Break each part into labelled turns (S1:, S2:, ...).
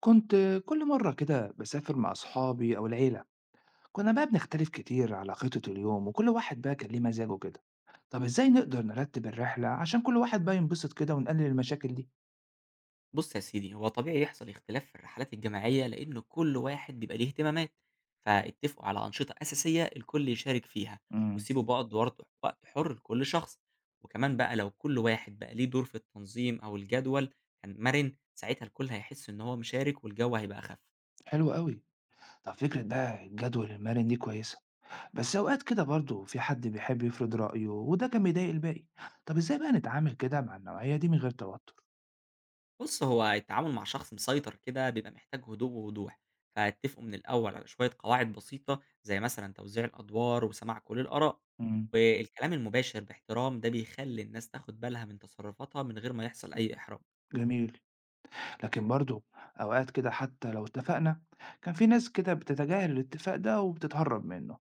S1: كنت كل مرة كده بسافر مع أصحابي أو العيلة. كنا بقى بنختلف كتير على خطة اليوم، وكل واحد بقى كان ليه مزاجه كده. طب إزاي نقدر نرتب الرحلة عشان كل واحد بقى ينبسط كده ونقلل المشاكل دي؟
S2: بُص يا سيدي، هو طبيعي يحصل اختلاف في الرحلات الجماعية، لإن كل واحد بيبقى ليه اهتمامات، فاتفقوا على أنشطة أساسية الكل يشارك فيها،
S1: امم.
S2: وسيبوا بعض برضه وقت حُر لكل شخص، وكمان بقى لو كل واحد بقى ليه دور في التنظيم أو الجدول كان مَرِن، ساعتها الكل هيحس إن هو مشارك والجو هيبقى أخف.
S1: حلو قوي. طب فكرة بقى الجدول المرن دي كويسة، بس أوقات كده برضه في حد بيحب يفرض رأيه وده كان بيضايق الباقي. طب إزاي بقى نتعامل كده مع النوعية دي من غير توتر؟
S2: بُص، هو التعامل مع شخص مسيطر كده بيبقى محتاج هدوء ووضوح، فاتفقوا من الأول على شوية قواعد بسيطة زي مثلًا توزيع الأدوار وسماع كل الآراء،
S1: امم.
S2: والكلام المباشر باحترام ده بيخلّي الناس تاخد بالها من تصرفاتها من غير ما يحصل أي إحراج.
S1: جميل. لكن برضه أوقات كده حتى لو اتفقنا كان في ناس كده بتتجاهل الاتفاق ده وبتتهرب منه.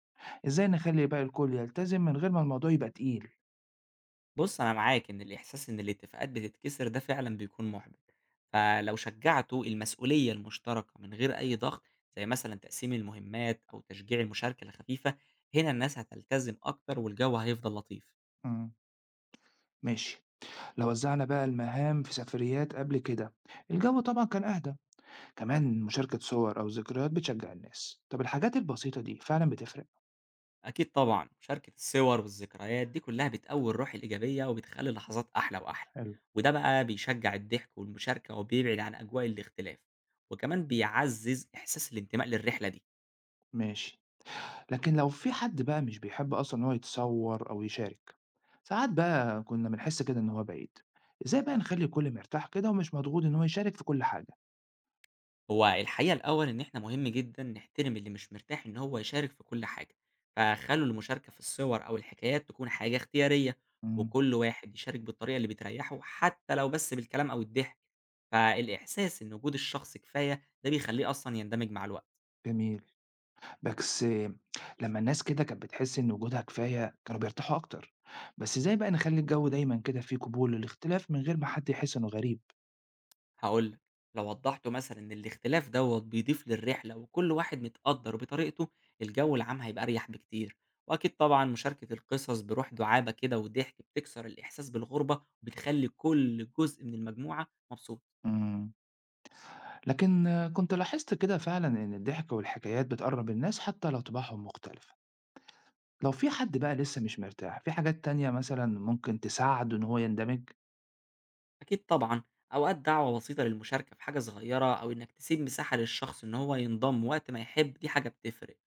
S1: إزاي نخلي بقى الكل يلتزم من غير ما الموضوع يبقى تقيل؟
S2: بُص، أنا معاك إن الإحساس إن الاتفاقات بتتكسر ده فعلًا بيكون مُحبِط، فلو شجّعتوا المسؤولية المشتركة من غير أي ضغط زي مثلًا تقسيم المهمات أو تشجيع المشاركة الخفيفة، هنا الناس هتلتزم أكتر والجو هيفضل لطيف.
S1: مم. ماشي. لو وزعنا بقى المهام في سفريات قبل كده الجو طبعا كان أهدى. كمان مشاركة صور أو ذكريات بتشجع الناس، طب الحاجات البسيطة دي فعلا بتفرق؟
S2: أكيد طبعًا، مشاركة الصور والذكريات دي كلّها بتقوّي الروح الإيجابية وبتخلّي اللحظات أحلى وأحلى،
S1: حلو.
S2: وده بقى بيشجّع الضحك والمشاركة وبيبعد عن أجواء الاختلاف، وكمان بيعزّز إحساس الانتماء للرحلة دي.
S1: ماشي. لكن لو في حد بقى مش بيحب أصلًا إن هو يتصوّر أو يشارك، ساعات بقى كُنّا بنحس كده إن هو بعيد، إزاي بقى نخلّي الكل مرتاح كده ومش مضغوط إن هو يشارك في كل حاجة؟
S2: هو الحقيقة الأول إن إحنا مهم جدًا نحترم اللي مش مرتاح إن هو يشارك في كل حاجة، فخلّوا المشاركة في الصور أو الحكايات تكون حاجة اختيارية،
S1: إمم.
S2: وكل واحد يشارك بالطريقة اللي بتريّحه حتى لو بس بالكلام أو الضحك، فالإحساس إن وجود الشخص كفاية ده بيخلّيه أصلًا يندمج مع الوقت.
S1: جميل. بس لمّا الناس كده كانت بتحس إن وجودها كفاية كانوا بيرتاحوا أكتر، بس إزاي بقى نخلّي الجو دايمًا كده فيه قبول للاختلاف من غير ما حد يحس إنه غريب؟
S2: هاقول لك، لو وضّحت مثلًا إن الاختلاف دوّة بيضيف للرحلة وكل واحد متقدّر بطريقته، الجو العام هيبقى أريح بكتير، وأكيد طبعًا مشاركة القصص بروح دُعابة كده وضحك بتكسر الإحساس بالغربة وبتخلّي كل جزء من المجموعة مبسوط.
S1: إمم. لكن كنت لاحظت كده فعلًا إن الضحك والحكايات بتقرّب الناس حتى لو طباعهم مختلفة. لو في حد بقى لسه مش مرتاح، في حاجات تانية مثلًا ممكن تساعده إن هو يندمج؟
S2: أكيد طبعًا، أوقات دعوة بسيطة للمشاركة في حاجة صغيرة أو إنك تسيب مساحة للشخص إن هو ينضم وقت ما يحب دي حاجة بتفرق،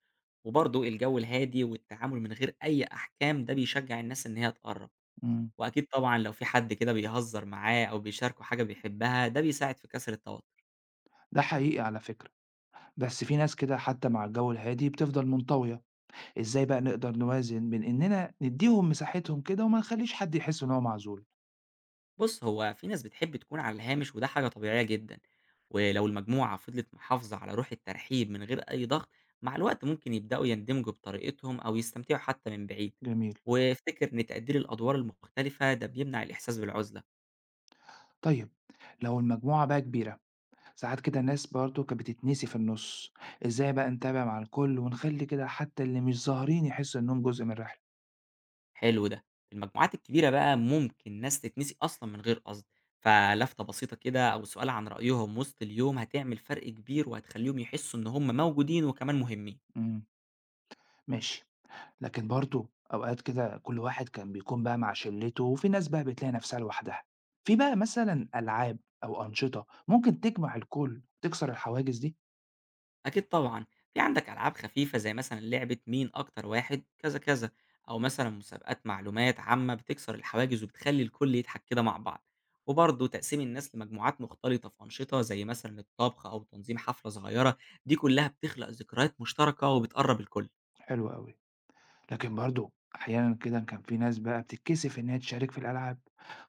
S2: وبرضه الجو الهادي والتعامل من غير أي أحكام ده بيشجّع الناس إن هي تقرّب.
S1: إمم.
S2: وأكيد طبعًا لو في حد كده بيهزّر معاه أو بيشاركه حاجة بيحبها، ده بيساعد في كسر التوتر.
S1: ده حقيقي على فكرة، بس في ناس كده حتى مع الجو الهادي بتفضل منطوية، إزاي بقى نقدر نوازن بين إننا نديهم مساحتهم كده وما نخليش حد يحس إن هو معزول؟
S2: بُص، هو في ناس بتحب تكون على الهامش وده حاجة طبيعية جدًا، ولو المجموعة فضلت محافظة على روح الترحيب من غير أي ضغط، مع الوقت ممكن يبدأوا يندمجوا بطريقتهم أو يستمتعوا حتى من بعيد.
S1: جميل.
S2: وافتكر إن تقدير الأدوار المختلفة ده بيمنع الإحساس بالعزلة.
S1: طيب، لو المجموعة بقى كبيرة، ساعات كده ناس برضه كانت بتتنسي في النُص، إزاي بقى نتابع مع الكل ونخلي كده حتى اللي مش ظاهرين يحسوا إنهم جزء من الرحلة؟
S2: حلو ده. في المجموعات الكبيرة بقى ممكن ناس تتنسي أصلًا من غير قصد، فلفتة بسيطة كده أو سؤال عن رأيهم وسط اليوم هتعمل فرق كبير وهتخلّيهم يحسّوا إن هم موجودين وكمان مهمين.
S1: إمم. ماشي. لكن برضه أوقات كده كل واحد كان بيكون بقى مع شلته، وفي ناس بقى بتلاقي نفسها لوحدها. في بقى مثلا ألعاب أو أنشطة ممكن تجمع الكل وتكسر الحواجز دي؟
S2: أكيد طبعًا، في عندك ألعاب خفيفة زي مثلًا لعبة مين أكتر واحد كذا، كذا، أو مثلًا مسابقات معلومات عامة بتكسر الحواجز وبتخلّي الكل يضحك كده مع بعض. وبرضه تقسيم الناس لمجموعات مختلطة في أنشطة زي مثلًا الطبخ أو تنظيم حفلة صغيرة، دي كلّها بتخلق ذكريات مشتركة وبتقرّب الكل.
S1: حلو قوي. لكن برضه أحيانا كده كان في ناس بقى بتتكسف إنها تشارك في الألعاب،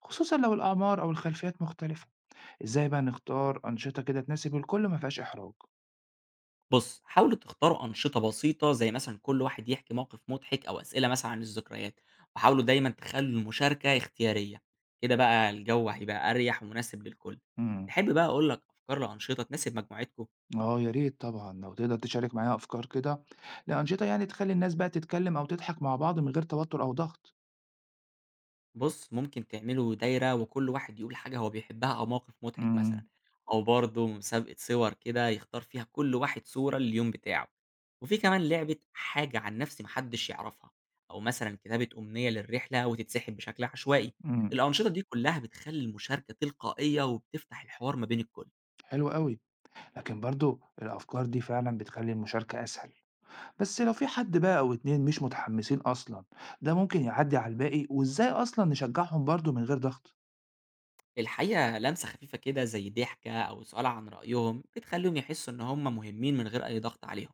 S1: خصوصا لو الأعمار أو الخلفيات مختلفة. إزاي بقى نختار أنشطة كده تناسب الكل ما فيهاش إحراج؟
S2: بُص، حاولوا تختاروا أنشطة بسيطة زي مثلًا كل واحد يحكي موقف مضحك أو أسئلة مثلًا عن الذكريات، وحاولوا دايمًا تخلّوا المشاركة اختيارية، كده بقى الجو هيبقى أريح ومناسب للكل.
S1: امم.
S2: تحب بقى أقول لك أفكار لأنشطة تناسب مجموعتكم؟
S1: اه يا ريت طبعا، لو تقدر تشارك معايا أفكار كده لأنشطة يعني تخلي الناس بقى تتكلم أو تضحك مع بعض من غير توتر أو ضغط.
S2: بُص، ممكن تعملوا دايرة وكل واحد يقول حاجة هو بيحبها أو موقف مضحك مثلًا،
S1: امم.
S2: أو برضه مسابقة صور كده يختار فيها كل واحد صورة لليوم بتاعه، وفي كمان لعبة حاجة عن نفسي ما حدش يعرفها، أو مثلًا كتابة أمنية للرحلة وتتسحب بشكل عشوائي،
S1: إمم.
S2: الأنشطة دي كلها بتخلّي المشاركة تلقائية وبتفتح الحوار ما بين الكل.
S1: حلو أوي، لكن برضه الأفكار دي فعلًا بتخلّي المشاركة أسهل، بس لو في حد بقى أو 2 مش متحمسين أصلًا، ده ممكن يعدّي على الباقي، وإزاي أصلًا نشجعهم برضه من غير ضغط؟
S2: الحقيقة لمسة خفيفة كده زي ضحكة أو سؤال عن رأيهم بتخليهم يحسوا إن هم مهمين من غير أي ضغط عليهم،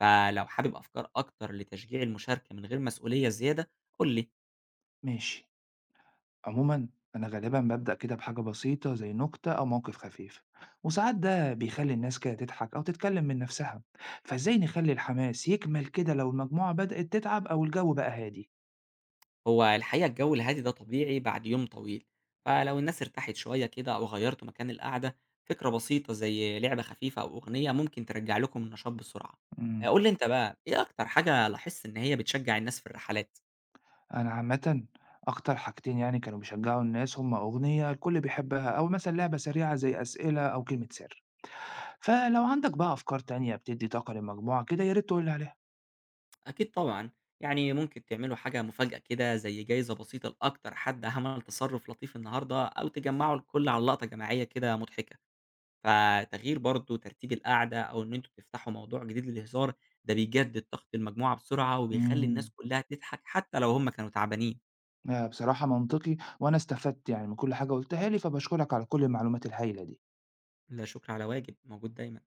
S2: فلو حابب أفكار أكتر لتشجيع المشاركة من غير مسؤولية زيادة قول لي.
S1: ماشي. عمومًا أنا غالبًا بابدأ كده بحاجة بسيطة زي نكتة أو موقف خفيف، وساعات ده بيخلّي الناس كده تضحك أو تتكلم من نفسها، فإزاي نخلّي الحماس يكمل كده لو المجموعة بدأت تتعب أو الجو بقى هادي؟
S2: هو الحقيقة الجو الهادي ده طبيعي بعد يوم طويل، فلو الناس ارتاحت شوية كده أو غيرتوا مكان القعدة، فكرة بسيطة زي لعبة خفيفة أو أغنية ممكن ترجع لكم النشاط بسرعة. آه،
S1: إمم.
S2: قول لي أنت بقى إيه أكتر حاجة لاحظت إن هي بتشجع الناس في الرحلات؟
S1: أنا عامةً أكتر حاجتين يعني كانوا بيشجّعوا الناس هُم أغنية الكل بيحبها أو مثلًا لعبة سريعة زي أسئلة أو كلمة سر، فلو عندك بقى أفكار تانية بتدّي طاقة للمجموعة كده يا ريت تقول لي عليها.
S2: أكيد طبعًا، يعني ممكن تعملوا حاجة مفاجأة كده زي جايزة بسيطة لأكتر حد عمل تصرُّف لطيف النهارده، أو تجمّعوا الكل على لقطة جماعية كده مضحكة، فتغيير برضه ترتيب القعدة أو إن أنتم تفتحوا موضوع جديد للهزار، ده بيجدد طاقة المجموعة بسرعة وبيخلّي
S1: إمم،
S2: الناس كلّها تضحك حتى لو هُم كانوا تعبانين.
S1: بصراحة منطقي وأنا استفدت يعني من كل حاجة قُلتها لي، فباشكرك على كل المعلومات الهايلة دي.
S2: لا شكر على واجب، موجود دايمًا.